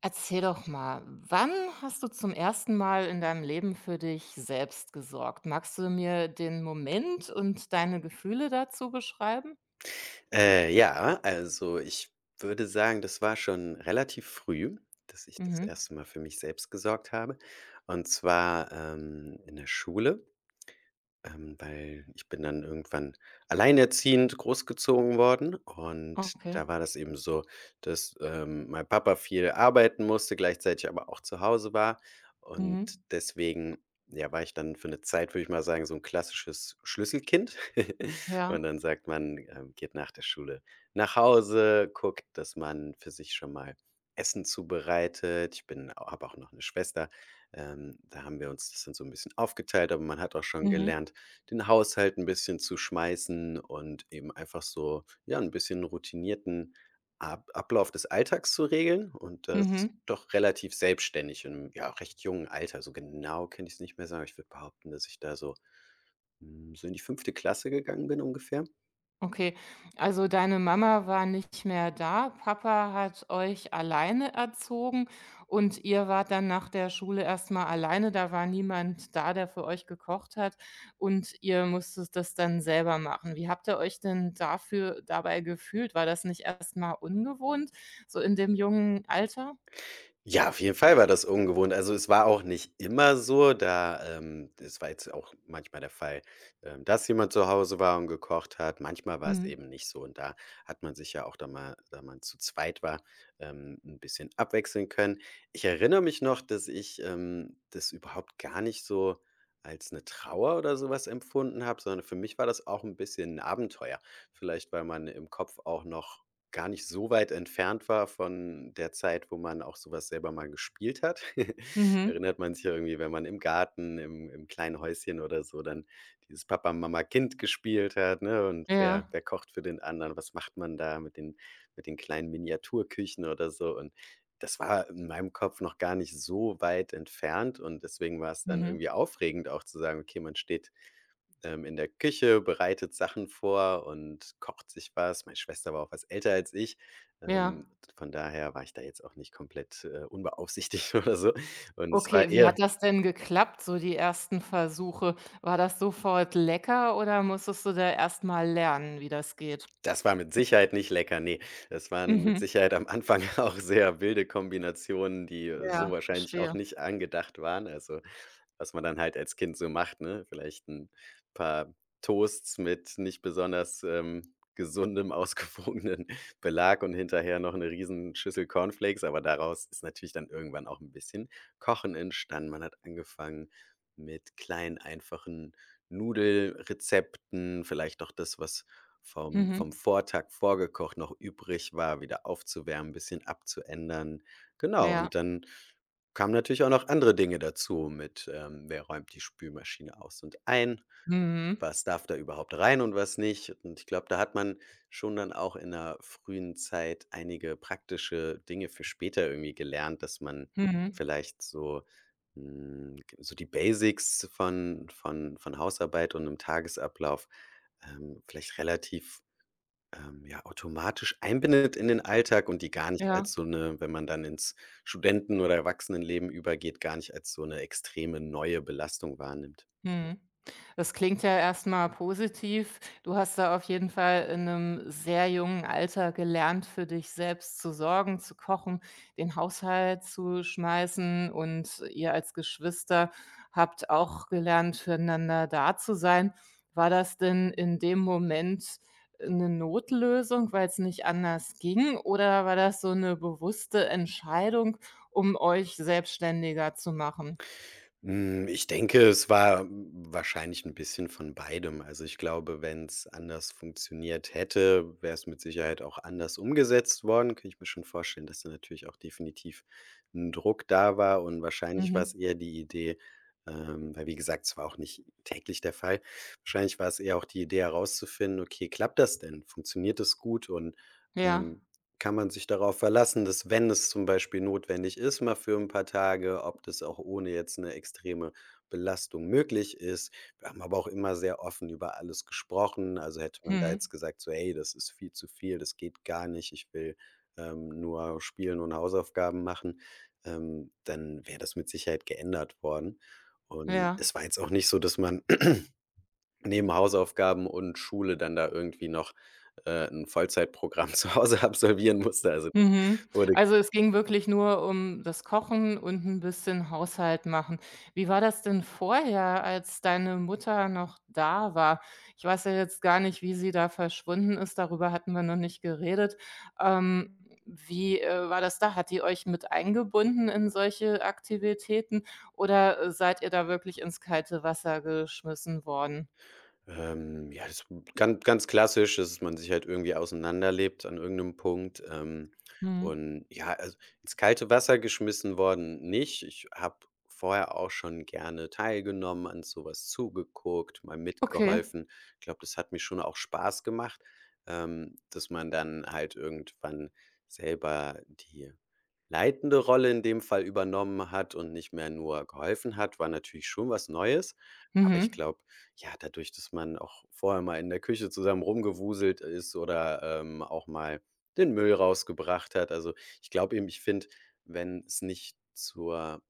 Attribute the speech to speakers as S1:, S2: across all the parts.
S1: Erzähl doch mal, wann hast du zum ersten Mal in deinem Leben für dich selbst gesorgt? Magst du mir den Moment und deine Gefühle dazu beschreiben?
S2: Ja, also ich würde sagen, das war schon relativ früh, dass ich das
S1: Mhm.
S2: erste Mal für mich selbst gesorgt habe. Und zwar, in der Schule. Weil ich bin dann irgendwann alleinerziehend großgezogen worden und
S1: Okay.
S2: da war das eben so, dass, mein Papa viel arbeiten musste, gleichzeitig aber auch zu Hause war und
S1: Mhm.
S2: deswegen, ja, war ich dann für eine Zeit, würde ich mal sagen, so ein klassisches Schlüsselkind.
S1: Ja.
S2: Und dann sagt man, geht nach der Schule nach Hause, guckt, dass man für sich schon mal Essen zubereitet. Ich bin habe auch noch eine Schwester, da haben wir uns das dann so ein bisschen aufgeteilt, aber man hat auch schon
S1: Mhm.
S2: gelernt, den Haushalt ein bisschen zu schmeißen und eben einfach so, ja, ein bisschen routinierten Ab Ablauf des Alltags zu regeln, und das
S1: Mhm.
S2: doch relativ selbstständig im, ja, recht jungen Alter. So genau kann ich es nicht mehr sagen. Ich würde behaupten, dass ich da so in die fünfte Klasse gegangen bin ungefähr.
S1: Okay, also deine Mama war nicht mehr da, Papa hat euch alleine erzogen und ihr wart dann nach der Schule erst mal alleine, da war niemand da, der für euch gekocht hat und ihr musstet das dann selber machen. Wie habt ihr euch denn dafür dabei gefühlt? War das nicht erst mal ungewohnt, so in dem jungen Alter?
S2: Ja, auf jeden Fall war das ungewohnt. Also, es war auch nicht immer so, da es war jetzt auch manchmal der Fall, dass jemand zu Hause war und gekocht hat. Manchmal war es
S1: Mhm.
S2: eben nicht so, und da hat man sich ja auch, da mal, da man zu zweit war, 'n bisschen abwechseln können. Ich erinnere mich noch, dass ich, das überhaupt gar nicht so als eine Trauer oder sowas empfunden habe, sondern für mich war das auch ein bisschen 'n Abenteuer. Vielleicht, weil man im Kopf auch noch gar nicht so weit entfernt war von der Zeit, wo man auch sowas selber mal gespielt hat.
S1: Mhm.
S2: Erinnert man sich ja irgendwie, wenn man im Garten, im kleinen Häuschen oder so dann dieses Papa, Mama, Kind gespielt hat, ne? Und wer
S1: Ja.
S2: wer kocht für den anderen? Was macht man da mit den kleinen Miniaturküchen oder so? Und das war in meinem Kopf noch gar nicht so weit entfernt, und deswegen war es dann irgendwie
S1: Mhm.
S2: aufregend auch zu sagen: „Okay, man steht in der Küche, bereitet Sachen vor und kocht sich was.“ Meine Schwester war auch was älter als ich.
S1: Ja.
S2: Ähm, von daher war ich da jetzt auch nicht komplett, unbeaufsichtigt oder so. Und es war
S1: Okay, wie
S2: eher
S1: hat das denn geklappt, so die ersten Versuche? War das sofort lecker oder musstest du da erst mal lernen, wie das geht?
S2: Das war mit Sicherheit nicht lecker, ne. Das waren mit
S1: Mhm.
S2: Sicherheit am Anfang auch sehr wilde Kombinationen, die so
S1: Ja,
S2: wahrscheinlich auch
S1: verstehe.
S2: nicht angedacht waren. Also, was man dann halt als Kind so macht, ne? Vielleicht ein paar Toasts mit nicht besonders, gesundem, ausgewogenen Belag und hinterher noch eine riesen Schüssel Cornflakes, aber daraus ist natürlich dann irgendwann auch ein bisschen Kochen entstanden. Man hat angefangen mit kleinen, einfachen Nudelrezepten, vielleicht auch das, was vom
S1: Mhm.
S2: Vortag vorgekocht noch übrig war, wieder aufzuwärmen, ein bisschen abzuändern. Genau,
S1: Ja.
S2: und dann kamen natürlich auch noch andere Dinge dazu mit, wer räumt die Spülmaschine aus und ein,
S1: Mhm.
S2: was darf da überhaupt rein und was nicht. Und ich glaube, da hat man schon dann auch in der frühen Zeit einige praktische Dinge für später irgendwie gelernt, dass man
S1: Mhm.
S2: vielleicht so, hm, so die Basics von Hausarbeit und 'nem Tagesablauf, vielleicht relativ, ja, automatisch einbindet in den Alltag und die gar nicht
S1: Ja.
S2: als so eine, wenn man dann ins Studenten- oder Erwachsenenleben übergeht, gar nicht als so eine extreme neue Belastung wahrnimmt.
S1: Mhm. Das klingt ja erstmal positiv. Du hast da auf jeden Fall in einem sehr jungen Alter gelernt, für dich selbst zu sorgen, zu kochen, den Haushalt zu schmeißen und ihr als Geschwister habt auch gelernt, füreinander da zu sein. War das denn in dem Moment eine Notlösung, weil es nicht anders ging, oder war das so eine bewusste Entscheidung, um euch selbstständiger zu machen?
S2: Hm, ich denke, es war wahrscheinlich ein bisschen von beidem. Also, ich glaube, wenn es anders funktioniert hätte, wäre es mit Sicherheit auch anders umgesetzt worden. Kann ich mir schon vorstellen, dass da natürlich auch definitiv ein Druck da war, und wahrscheinlich war es
S1: Mhm.
S2: eher die Idee, weil, wie gesagt, es war auch nicht täglich der Fall. Wahrscheinlich war es eher auch die Idee herauszufinden: „Okay, klappt das denn? Funktioniert das gut?“ Und,
S1: Ja.
S2: ähm kann man sich darauf verlassen, dass, wenn es zum Beispiel notwendig ist, mal für ein paar Tage, ob das auch ohne jetzt eine extreme Belastung möglich ist. Wir haben aber auch immer sehr offen über alles gesprochen. Also, hätte man da
S1: Mhm.
S2: jetzt gesagt so: „Hey, das ist viel zu viel, das geht gar nicht. Ich will, nur spielen und Hausaufgaben machen“, dann wäre das mit Sicherheit geändert worden. Und
S1: Ja.
S2: es war jetzt auch nicht so, dass man neben Hausaufgaben und Schule dann da irgendwie noch, 'n Vollzeitprogramm zu Hause absolvieren musste. Also, das
S1: Mhm.
S2: wurde
S1: Also, es ging wirklich nur um das Kochen und ein bisschen Haushalt machen. Wie war das denn vorher, als deine Mutter noch da war? Ich weiß ja jetzt gar nicht, wie sie da verschwunden ist, darüber hatten wir noch nicht geredet. Ähm, wie war das da? Hat die euch mit eingebunden in solche Aktivitäten oder seid ihr da wirklich ins kalte Wasser geschmissen worden?
S2: Ja, das ist ganz, ganz klassisch, dass man sich halt irgendwie auseinanderlebt an irgendeinem Punkt,
S1: Mhm.
S2: und ja, also, ins kalte Wasser geschmissen worden, nicht. Ich habe vorher auch schon gerne teilgenommen, an sowas zugeguckt, mal
S1: Okay.
S2: mitgeholfen. Ich glaube, das hat mir schon auch Spaß gemacht, dass man dann halt irgendwann selber die leitende Rolle in dem Fall übernommen hat und nicht mehr nur geholfen hat, war natürlich schon was Neues. Aber ich
S1: Mhm.
S2: glaube, ja, dadurch, dass man auch vorher mal in der Küche zusammen rumgewuselt ist oder, auch mal den Müll rausgebracht hat. Also, ich glaube eben, ich finde, wenn es nicht zur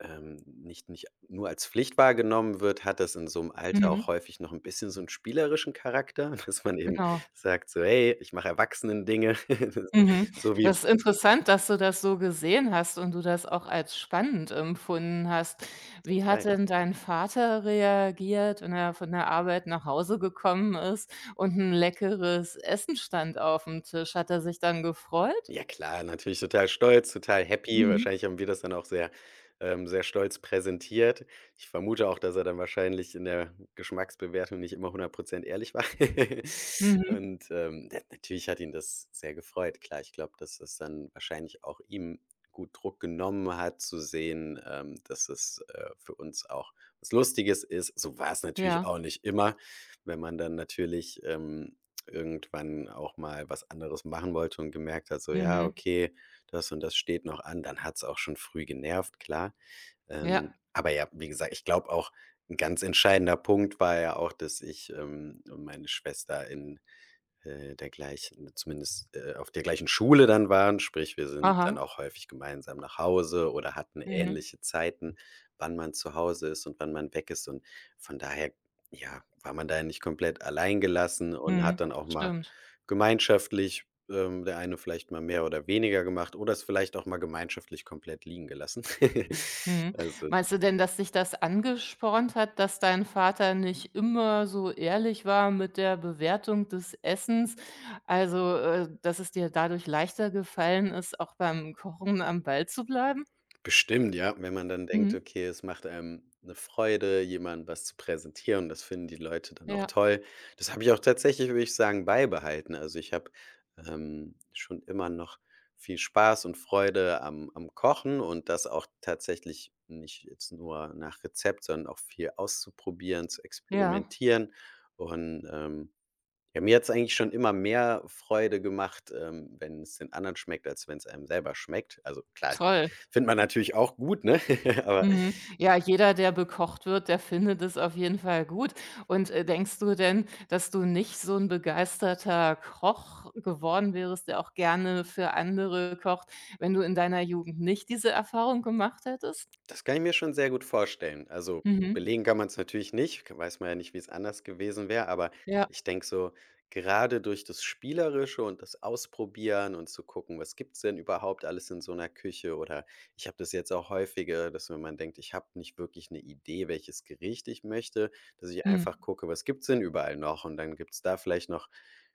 S2: nicht nicht nur als Pflicht wahrgenommen wird, hat das in so einem Alter auch
S1: Mhm.
S2: häufig noch ein bisschen so einen spielerischen Charakter, dass man eben
S1: Genau.
S2: sagt so: „Hey, ich mache Erwachsenen-Dinge.“
S1: Mhm.
S2: So wie:
S1: Das ist interessant, dass du das so gesehen hast und du das auch als spannend empfunden hast. Wie hat denn dein Vater reagiert, wenn er von der Arbeit nach Hause gekommen ist und ein leckeres Essen stand aufm Tisch? Hat er sich dann gefreut?
S2: Ja klar, natürlich total stolz, total happy.
S1: Mhm.
S2: Wahrscheinlich haben wir das dann auch sehr, sehr stolz präsentiert. Ich vermute auch, dass er dann wahrscheinlich in der Geschmacksbewertung nicht immer 100 ehrlich war.
S1: Mhm.
S2: Und, na natürlich hat ihn das sehr gefreut. Klar, ich glaube, dass das dann wahrscheinlich auch ihm gut Druck genommen hat, zu sehen, dass es, für uns auch was Lustiges ist. So war es natürlich
S1: Ja.
S2: auch nicht immer, wenn man dann natürlich, irgendwann auch mal was anderes machen wollte und gemerkt hat, so, ja,
S1: Mhm.
S2: okay, das und das steht noch an, dann hat's auch schon früh genervt, klar.
S1: Ja.
S2: Aber ja, wie gesagt, ich glaube auch, ein ganz entscheidender Punkt war ja auch, dass ich, meine Schwester in der gleichen zumindest, auf der gleichen Schule dann waren, sprich, wir sind dann
S1: Aha.
S2: auch häufig gemeinsam nach Hause oder hatten
S1: Mhm.
S2: ähnliche Zeiten, wann man zu Hause ist und wann man weg ist. Und von daher, ja, war man da nicht komplett allein gelassen und hat dann
S1: Mhm.
S2: auch mal
S1: Stimmt.
S2: gemeinschaftlich, der eine vielleicht mal mehr oder weniger gemacht oder es vielleicht auch mal gemeinschaftlich komplett liegen gelassen.
S1: Mhm.
S2: Also:
S1: Meinst du denn, dass dich das angespornt hat, dass dein Vater nicht immer so ehrlich war mit der Bewertung des Essens? Also, dass es dir dadurch leichter gefallen ist, auch beim Kochen am Ball zu bleiben?
S2: Bestimmt, ja, wenn man dann denkt,
S1: Mhm.
S2: okay, es macht einem eine Freude, jemandem was zu präsentieren, das finden die Leute dann auch
S1: Ja.
S2: toll. Das habe ich auch tatsächlich, würde ich sagen, beibehalten. Also, ich habe, schon immer noch viel Spaß und Freude am Kochen, und das auch tatsächlich nicht jetzt nur nach Rezept, sondern auch viel auszuprobieren, zu
S1: Ja,
S2: experimentieren und, ja, mir hat's eigentlich schon immer mehr Freude gemacht, wenn es den anderen schmeckt, als wenn es einem selber schmeckt. Also, klar, es
S1: toll.
S2: findet man natürlich auch gut, ne? Aber:
S1: Mhm. Ja, jeder, der bekocht wird, der findet es auf jeden Fall gut. Und denkst du denn, dass du nicht so ein begeisterter Koch geworden wärst, der auch gerne für andere kocht, wenn du in deiner Jugend nicht diese Erfahrung gemacht hättest?
S2: Das kann ich mir schon sehr gut vorstellen. Also,
S1: Mhm.
S2: belegen kann man es natürlich nicht, k weiß man ja nicht, wie es anders gewesen wäre, aber
S1: Ja.
S2: ich denke so, gerade durch das Spielerische und das Ausprobieren und zu gucken, was gibt's denn überhaupt alles in so einer Küche, oder ich habe das jetzt auch häufiger, dass wenn man denkt, ich habe nicht wirklich eine Idee, welches Gericht ich möchte, dass ich einfach
S1: Mhm.
S2: gucke, was gibt's denn überall noch? Und dann gibt's da vielleicht noch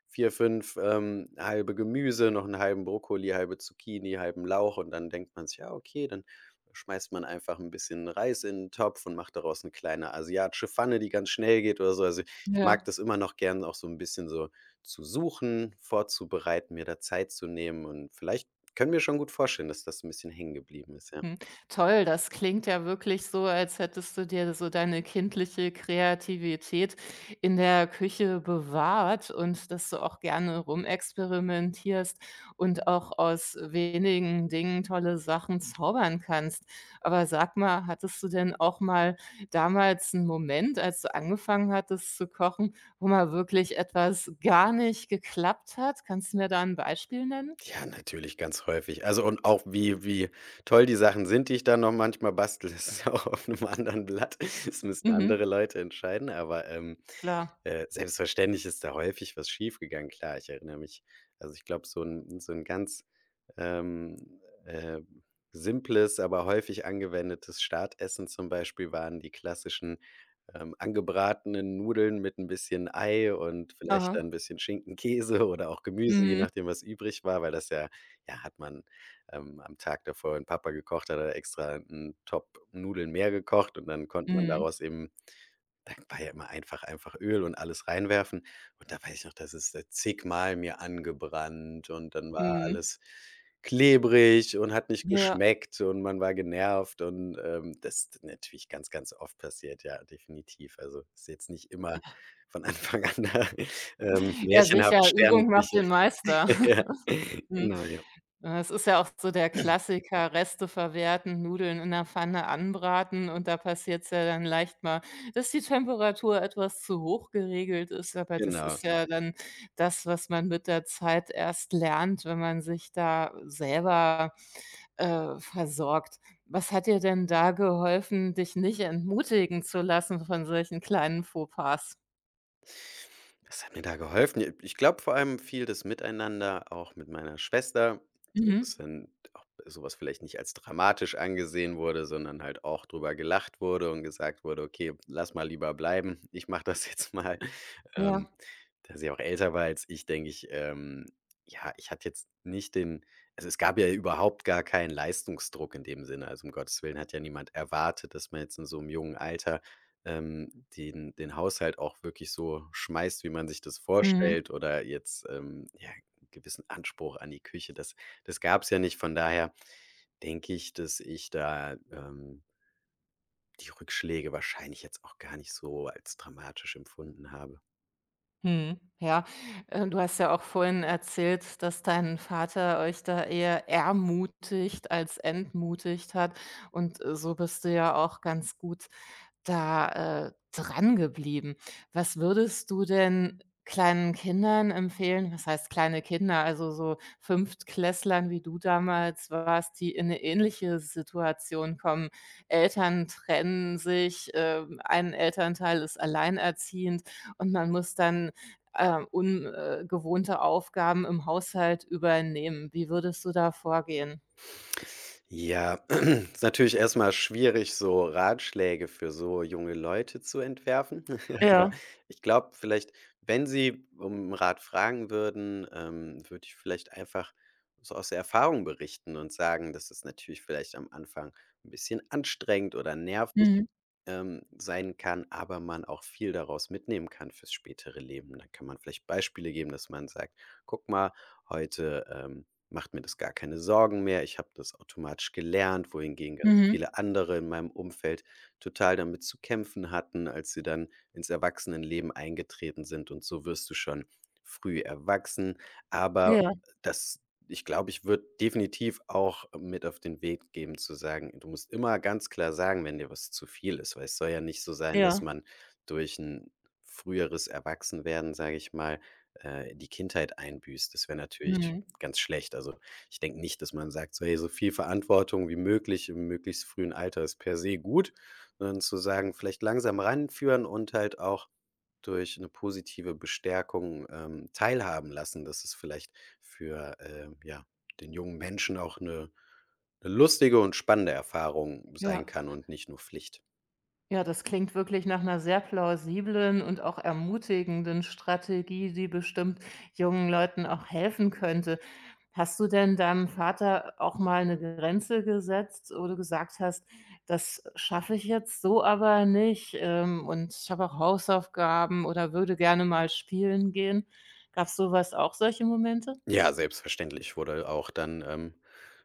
S2: vier, fünf, halbe Gemüse, noch einen halben Brokkoli, halbe Zucchini, halben Lauch, und dann denkt man sich: „Ja, okay, dann schmeißt man einfach ein bisschen Reis in 'n Topf und macht daraus eine kleine asiatische Pfanne, die ganz schnell geht oder so.“ Also, ich
S1: Ja.
S2: mag das immer noch gern, auch so ein bisschen so zu suchen, vorzubereiten, mir da Zeit zu nehmen, und vielleicht können wir schon gut vorstellen, dass das ein bisschen hängen geblieben ist, ja.
S1: Hm, toll, das klingt ja wirklich so, als hättest du dir so deine kindliche Kreativität in der Küche bewahrt und dass du auch gerne rumexperimentierst und auch aus wenigen Dingen tolle Sachen zaubern kannst. Aber sag mal, hattest du denn auch mal damals einen Moment, als du angefangen hattest zu kochen, wo mal wirklich etwas gar nicht geklappt hat? Kannst du mir da ein Beispiel nennen?
S2: Ja, natürlich ganz häufig. Also, und auch wie toll die Sachen sind, die ich dann noch manchmal bastle, das ist auch auf einem anderen Blatt. Das müssen andere
S1: Mhm,
S2: Leute entscheiden, aber,
S1: klar.
S2: Selbstverständlich ist da häufig was schiefgegangen. Klar, ich erinnere mich, also, ich glaube, so ein ganz, ähm, äh, simples, aber häufig angewendetes Startessen zum Beispiel waren die klassischen, angebratenen Nudeln mit ein bisschen Ei und vielleicht dann
S1: Aha.
S2: ein bisschen Schinken, Käse oder auch Gemüse, je
S1: Mhm,
S2: nachdem, was übrig war, weil das ja, ja, hat man, am Tag davor, wenn Papa gekocht hat, hat er extra 'n Top Nudeln mehr gekocht, und dann konnte man
S1: mhm.
S2: daraus eben, da war ja immer, einfach Öl und alles reinwerfen. Und da weiß ich noch, das ist, zigmal mir angebrannt, und dann war
S1: Mhm.
S2: alles klebrig und hat nicht
S1: Ja,
S2: geschmeckt und man war genervt, und, das ist natürlich ganz, ganz oft passiert, ja, definitiv. Also, ist jetzt nicht immer von Anfang an da,
S1: ja
S2: märchenhaft
S1: sicher, Übung macht
S2: Sternenküche.
S1: den Meister.
S2: Ja,
S1: Mhm.
S2: genau, ja,
S1: Ja, es ist ja auch so der Klassiker, Reste verwerten, Nudeln in der Pfanne anbraten und da passiert's ja dann leicht mal, dass die Temperatur etwas zu hoch geregelt ist, aber das
S2: genau.
S1: ist ja dann das, was man mit der Zeit erst lernt, wenn man sich da selber, versorgt. Was hat dir denn da geholfen, dich nicht entmutigen zu lassen von solchen kleinen Fauxpas?
S2: Das hat mir da geholfen? Ich glaube, vor allem viel das Miteinander, auch mit meiner Schwester, so
S1: Mhm.
S2: dass dann auch sowas vielleicht nicht als dramatisch angesehen wurde, sondern halt auch drüber gelacht wurde und gesagt wurde: „Okay, lass mal lieber bleiben. Ich mache das jetzt mal.“ Ähm,
S1: Ja.
S2: Da sie auch älter war als ich, denke ich, ja, ich hatte jetzt nicht den also, es gab ja überhaupt gar keinen Leistungsdruck in dem Sinne. Also, um Gottes Willen, hat ja niemand erwartet, dass man jetzt in so einem jungen Alter, ähm, den Haushalt auch wirklich so schmeißt, wie man sich das
S1: Mhm.
S2: vorstellt, oder jetzt, ja, 'n gewissen Anspruch an die Küche. Das gab es ja nicht. Von daher denke ich, dass ich da, die Rückschläge wahrscheinlich jetzt auch gar nicht so als dramatisch empfunden habe.
S1: Mhm. Ja, du hast ja auch vorhin erzählt, dass dein Vater euch da eher ermutigt als entmutigt hat und so bist du ja auch ganz gut da drangeblieben. Was würdest du denn kleinen Kindern empfehlen was heißt kleine Kinder, also so Fünftklässlern, wie du damals warst, die in eine ähnliche Situation kommen. Eltern trennen sich, ein Elternteil ist alleinerziehend und man muss dann ungewohnte Aufgaben im Haushalt übernehmen. Wie würdest du da vorgehen?
S2: Ja, ist natürlich erst mal schwierig, so Ratschläge für so junge Leute zu entwerfen. Aber
S1: Ja.
S2: ich glaube vielleicht, wenn sie um Rat fragen würden, würde ich vielleicht einfach so aus der Erfahrung berichten und sagen, dass es natürlich vielleicht am Anfang ein bisschen anstrengend oder nervig,
S1: Mhm.
S2: sein kann, aber man auch viel daraus mitnehmen kann fürs spätere Leben. Dann kann man vielleicht Beispiele geben, dass man sagt: „Guck mal, heute, macht mir das gar keine Sorgen mehr. Ich habe das automatisch gelernt, wohingegen ganz
S1: Mhm.
S2: viele andere in meinem Umfeld total damit zu kämpfen hatten, als sie dann ins Erwachsenenleben eingetreten sind. Und so wirst du schon früh erwachsen.“ Aber
S1: Ja,
S2: das, ich glaube, ich würde definitiv auch mit auf den Weg geben, zu sagen, du musst immer ganz klar sagen, wenn dir was zu viel ist, weil es soll ja nicht so sein, dass
S1: ja.
S2: man durch ein früheres Erwachsenwerden, sage ich mal, die Kindheit einbüßt. Das wäre natürlich
S1: Mhm.
S2: ganz schlecht. Also, ich denke nicht, dass man sagt so: „Hey, so viel Verantwortung wie möglich im möglichst frühen Alter ist per se gut“, sondern zu sagen, vielleicht langsam ranführen und halt auch durch eine positive Bestärkung, teilhaben lassen, dass es vielleicht für, ja, den jungen Menschen auch eine 'ne lustige und spannende Erfahrung sein
S1: Ja.
S2: kann und nicht nur Pflicht.
S1: Ja, das klingt wirklich nach einer sehr plausiblen und auch ermutigenden Strategie, die bestimmt jungen Leuten auch helfen könnte. Hast du denn deinem Vater auch mal eine Grenze gesetzt, wo du gesagt hast: „Das schaffe ich jetzt so aber nicht, und ich habe auch Hausaufgaben oder würde gerne mal spielen gehen.“ Gab's so was auch solche Momente?
S2: Ja, selbstverständlich wurde auch dann, ähm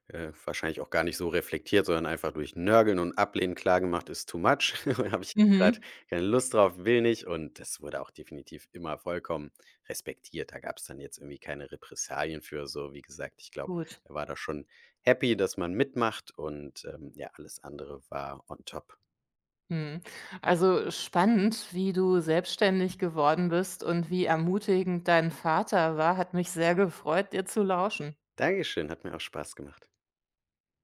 S2: Äh, wahrscheinlich auch gar nicht so reflektiert, sondern einfach durch Nörgeln und Ablehnen klargemacht, ist too much. Da habe ich jetzt gerade
S1: Mhm,
S2: keine Lust drauf, will nicht. Und das wurde auch definitiv immer vollkommen respektiert. Da gab es dann jetzt irgendwie keine Repressalien für so. Wie gesagt, ich glaube,
S1: gut.
S2: er war da schon happy, dass man mitmacht, und, ja, alles andere war on top.
S1: Mhm. Also spannend, wie du selbstständig geworden bist und wie ermutigend dein Vater war, hat mich sehr gefreut, dir zu lauschen.
S2: Dankeschön, hat mir auch Spaß gemacht.